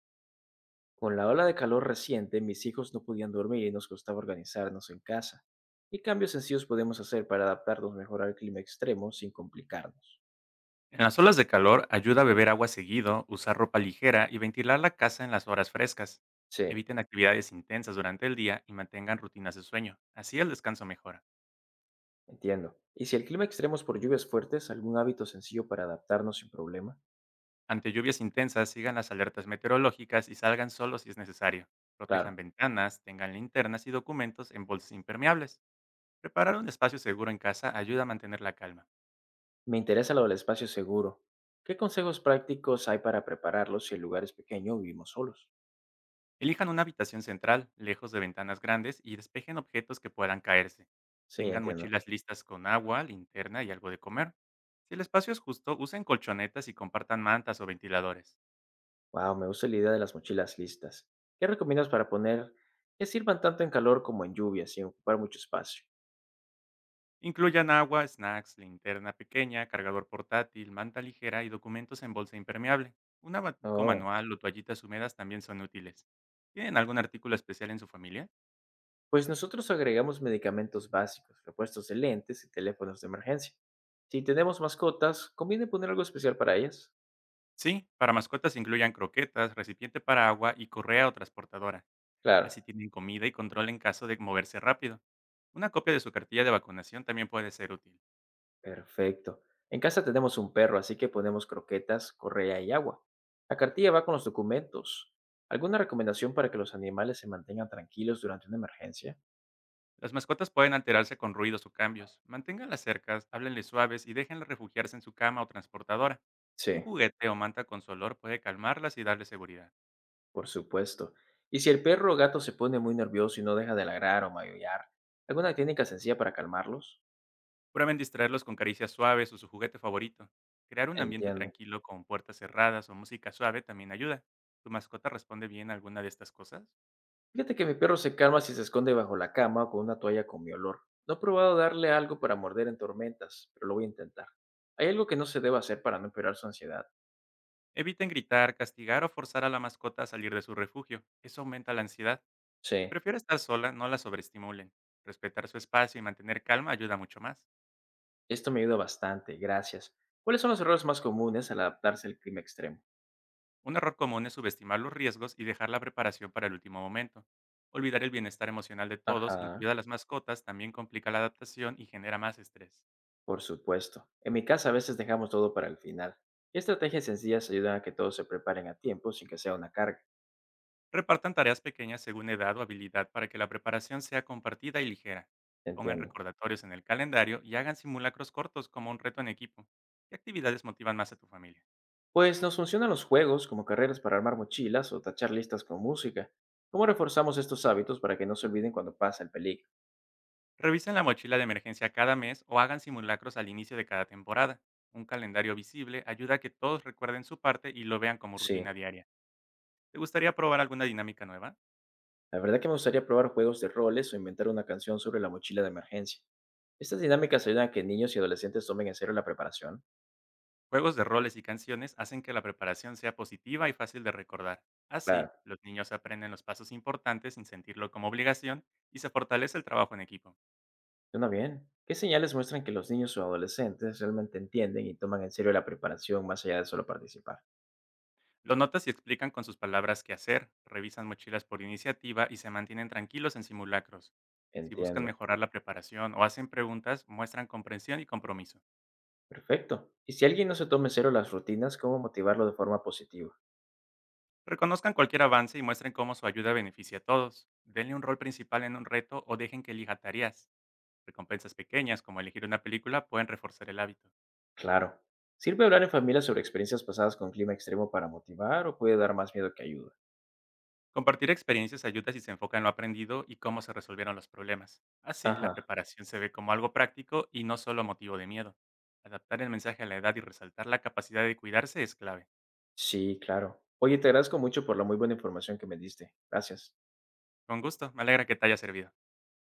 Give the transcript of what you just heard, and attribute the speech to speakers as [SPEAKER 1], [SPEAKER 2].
[SPEAKER 1] Con la ola de calor reciente, mis hijos no podían dormir y nos costaba organizarnos en casa. ¿Qué cambios sencillos podemos hacer para adaptarnos mejor al clima extremo sin complicarnos?
[SPEAKER 2] En las olas de calor ayuda a beber agua seguido, usar ropa ligera y ventilar la casa en las horas frescas.
[SPEAKER 1] Sí,
[SPEAKER 2] Eviten actividades intensas durante el día y mantengan rutinas de sueño. Así el descanso mejora.
[SPEAKER 1] entiendo. ¿Y si el clima extremo es por lluvias fuertes, algún hábito sencillo para adaptarnos sin problema?
[SPEAKER 2] Ante lluvias intensas, sigan las alertas meteorológicas y salgan solo si es necesario. Protejan
[SPEAKER 1] Claro,
[SPEAKER 2] ventanas, tengan linternas y documentos en bolsas impermeables. Preparar un espacio seguro en casa ayuda a mantener la calma.
[SPEAKER 1] me interesa lo del espacio seguro. ¿Qué consejos prácticos hay para prepararlo si el lugar es pequeño o vivimos solos?
[SPEAKER 2] Elijan una habitación central, lejos de ventanas grandes, y despejen objetos que puedan caerse.
[SPEAKER 1] Sí,
[SPEAKER 2] Tengan
[SPEAKER 1] entiendo.
[SPEAKER 2] mochilas listas con agua, linterna y algo de comer. Si el espacio es justo, usen colchonetas y compartan mantas o ventiladores.
[SPEAKER 1] Wow, me gusta la idea de las mochilas listas. ¿Qué recomiendas para poner que sirvan tanto en calor como en lluvia sin ocupar mucho espacio?
[SPEAKER 2] Incluyan agua, snacks, linterna pequeña, cargador portátil, manta ligera y documentos en bolsa impermeable. Un abanico
[SPEAKER 1] Oh,
[SPEAKER 2] manual o toallitas húmedas también son útiles. ¿Tienen algún artículo especial en su familia?
[SPEAKER 1] pues nosotros agregamos medicamentos básicos, repuestos de lentes y teléfonos de emergencia. Si tenemos mascotas, ¿conviene poner algo especial para ellas?
[SPEAKER 2] Sí, para mascotas incluyan croquetas, recipiente para agua y correa o transportadora.
[SPEAKER 1] Claro,
[SPEAKER 2] Así tienen comida y control en caso de moverse rápido. Una copia de su cartilla de vacunación también puede ser útil.
[SPEAKER 1] perfecto. En casa tenemos un perro, así que ponemos croquetas, correa y agua. La cartilla va con los documentos. ¿Alguna recomendación para que los animales se mantengan tranquilos durante una emergencia?
[SPEAKER 2] Las mascotas pueden alterarse con ruidos o cambios. Manténganlas cercas, háblenles suaves y déjenlas refugiarse en su cama o transportadora. Un
[SPEAKER 1] Sí,
[SPEAKER 2] juguete o manta con su olor puede calmarlas y darles seguridad.
[SPEAKER 1] por supuesto. Y si el perro o gato se pone muy nervioso y no deja de ladrar o maullar, ¿alguna técnica sencilla para calmarlos?
[SPEAKER 2] Prueben distraerlos con caricias suaves o su juguete favorito. Crear un ambiente
[SPEAKER 1] Entiendo.
[SPEAKER 2] tranquilo con puertas cerradas o música suave también ayuda. ¿Tu mascota responde bien a alguna de estas cosas?
[SPEAKER 1] Fíjate que mi perro se calma si se esconde bajo la cama o con una toalla con mi olor. No he probado darle algo para morder en tormentas, pero lo voy a intentar. Hay algo que no se debe hacer para no empeorar su ansiedad.
[SPEAKER 2] Eviten gritar, castigar o forzar a la mascota a salir de su refugio. Eso aumenta la ansiedad. Si
[SPEAKER 1] Sí,
[SPEAKER 2] prefiere estar sola, no la sobreestimulen. Respetar su espacio y mantener calma ayuda mucho más.
[SPEAKER 1] esto me ayuda bastante, gracias. ¿Cuáles son los errores más comunes al adaptarse al clima extremo?
[SPEAKER 2] Un error común es subestimar los riesgos y dejar la preparación para el último momento. Olvidar el bienestar emocional de todos,
[SPEAKER 1] Ajá,
[SPEAKER 2] incluidas las mascotas, también complica la adaptación y genera más estrés.
[SPEAKER 1] por supuesto. En mi casa a veces dejamos todo para el final. Y estrategias sencillas ayudan a que todos se preparen a tiempo sin que sea una carga.
[SPEAKER 2] Repartan tareas pequeñas según edad o habilidad para que la preparación sea compartida y ligera. Pongan
[SPEAKER 1] Entiendo.
[SPEAKER 2] recordatorios en el calendario y hagan simulacros cortos como un reto en equipo. ¿Qué actividades motivan más a tu familia?
[SPEAKER 1] Pues nos funcionan los juegos como carreras para armar mochilas o tachar listas con música. ¿Cómo reforzamos estos hábitos para que no se olviden cuando pasa el peligro?
[SPEAKER 2] Revisen la mochila de emergencia cada mes o hagan simulacros al inicio de cada temporada. Un calendario visible ayuda a que todos recuerden su parte y lo vean como
[SPEAKER 1] Sí,
[SPEAKER 2] rutina diaria. ¿Te gustaría probar alguna dinámica nueva?
[SPEAKER 1] la verdad que me gustaría probar juegos de roles o inventar una canción sobre la mochila de emergencia. Estas dinámicas ayudan a que niños y adolescentes tomen en serio la preparación.
[SPEAKER 2] Juegos de roles y canciones hacen que la preparación sea positiva y fácil de recordar. Así,
[SPEAKER 1] Claro,
[SPEAKER 2] los niños aprenden los pasos importantes sin sentirlo como obligación y se fortalece el trabajo en equipo.
[SPEAKER 1] suena bien. ¿Qué señales muestran que los niños o adolescentes realmente entienden y toman en serio la preparación más allá de solo participar?
[SPEAKER 2] Lo notas y explican con sus palabras qué hacer, revisan mochilas por iniciativa y se mantienen tranquilos en simulacros. Si buscan
[SPEAKER 1] Entiendo.
[SPEAKER 2] mejorar la preparación o hacen preguntas, muestran comprensión y compromiso.
[SPEAKER 1] Perfecto. ¿Y si alguien no se toma en serio las rutinas, cómo motivarlo de forma positiva?
[SPEAKER 2] Reconozcan cualquier avance y muestren cómo su ayuda beneficia a todos. Denle un rol principal en un reto o dejen que elija tareas. Recompensas pequeñas como elegir una película pueden reforzar el hábito.
[SPEAKER 1] Claro. ¿Sirve hablar en familia sobre experiencias pasadas con clima extremo para motivar o puede dar más miedo que ayuda?
[SPEAKER 2] Compartir experiencias ayuda si se enfoca en lo aprendido y cómo se resolvieron los problemas. Así, la
[SPEAKER 1] Ajá.
[SPEAKER 2] preparación se ve como algo práctico y no solo motivo de miedo. Adaptar el mensaje a la edad y resaltar la capacidad de cuidarse es clave.
[SPEAKER 1] Sí, claro. Oye, te agradezco mucho por la muy buena información que me diste. Gracias.
[SPEAKER 2] Con gusto, me alegra que te haya servido.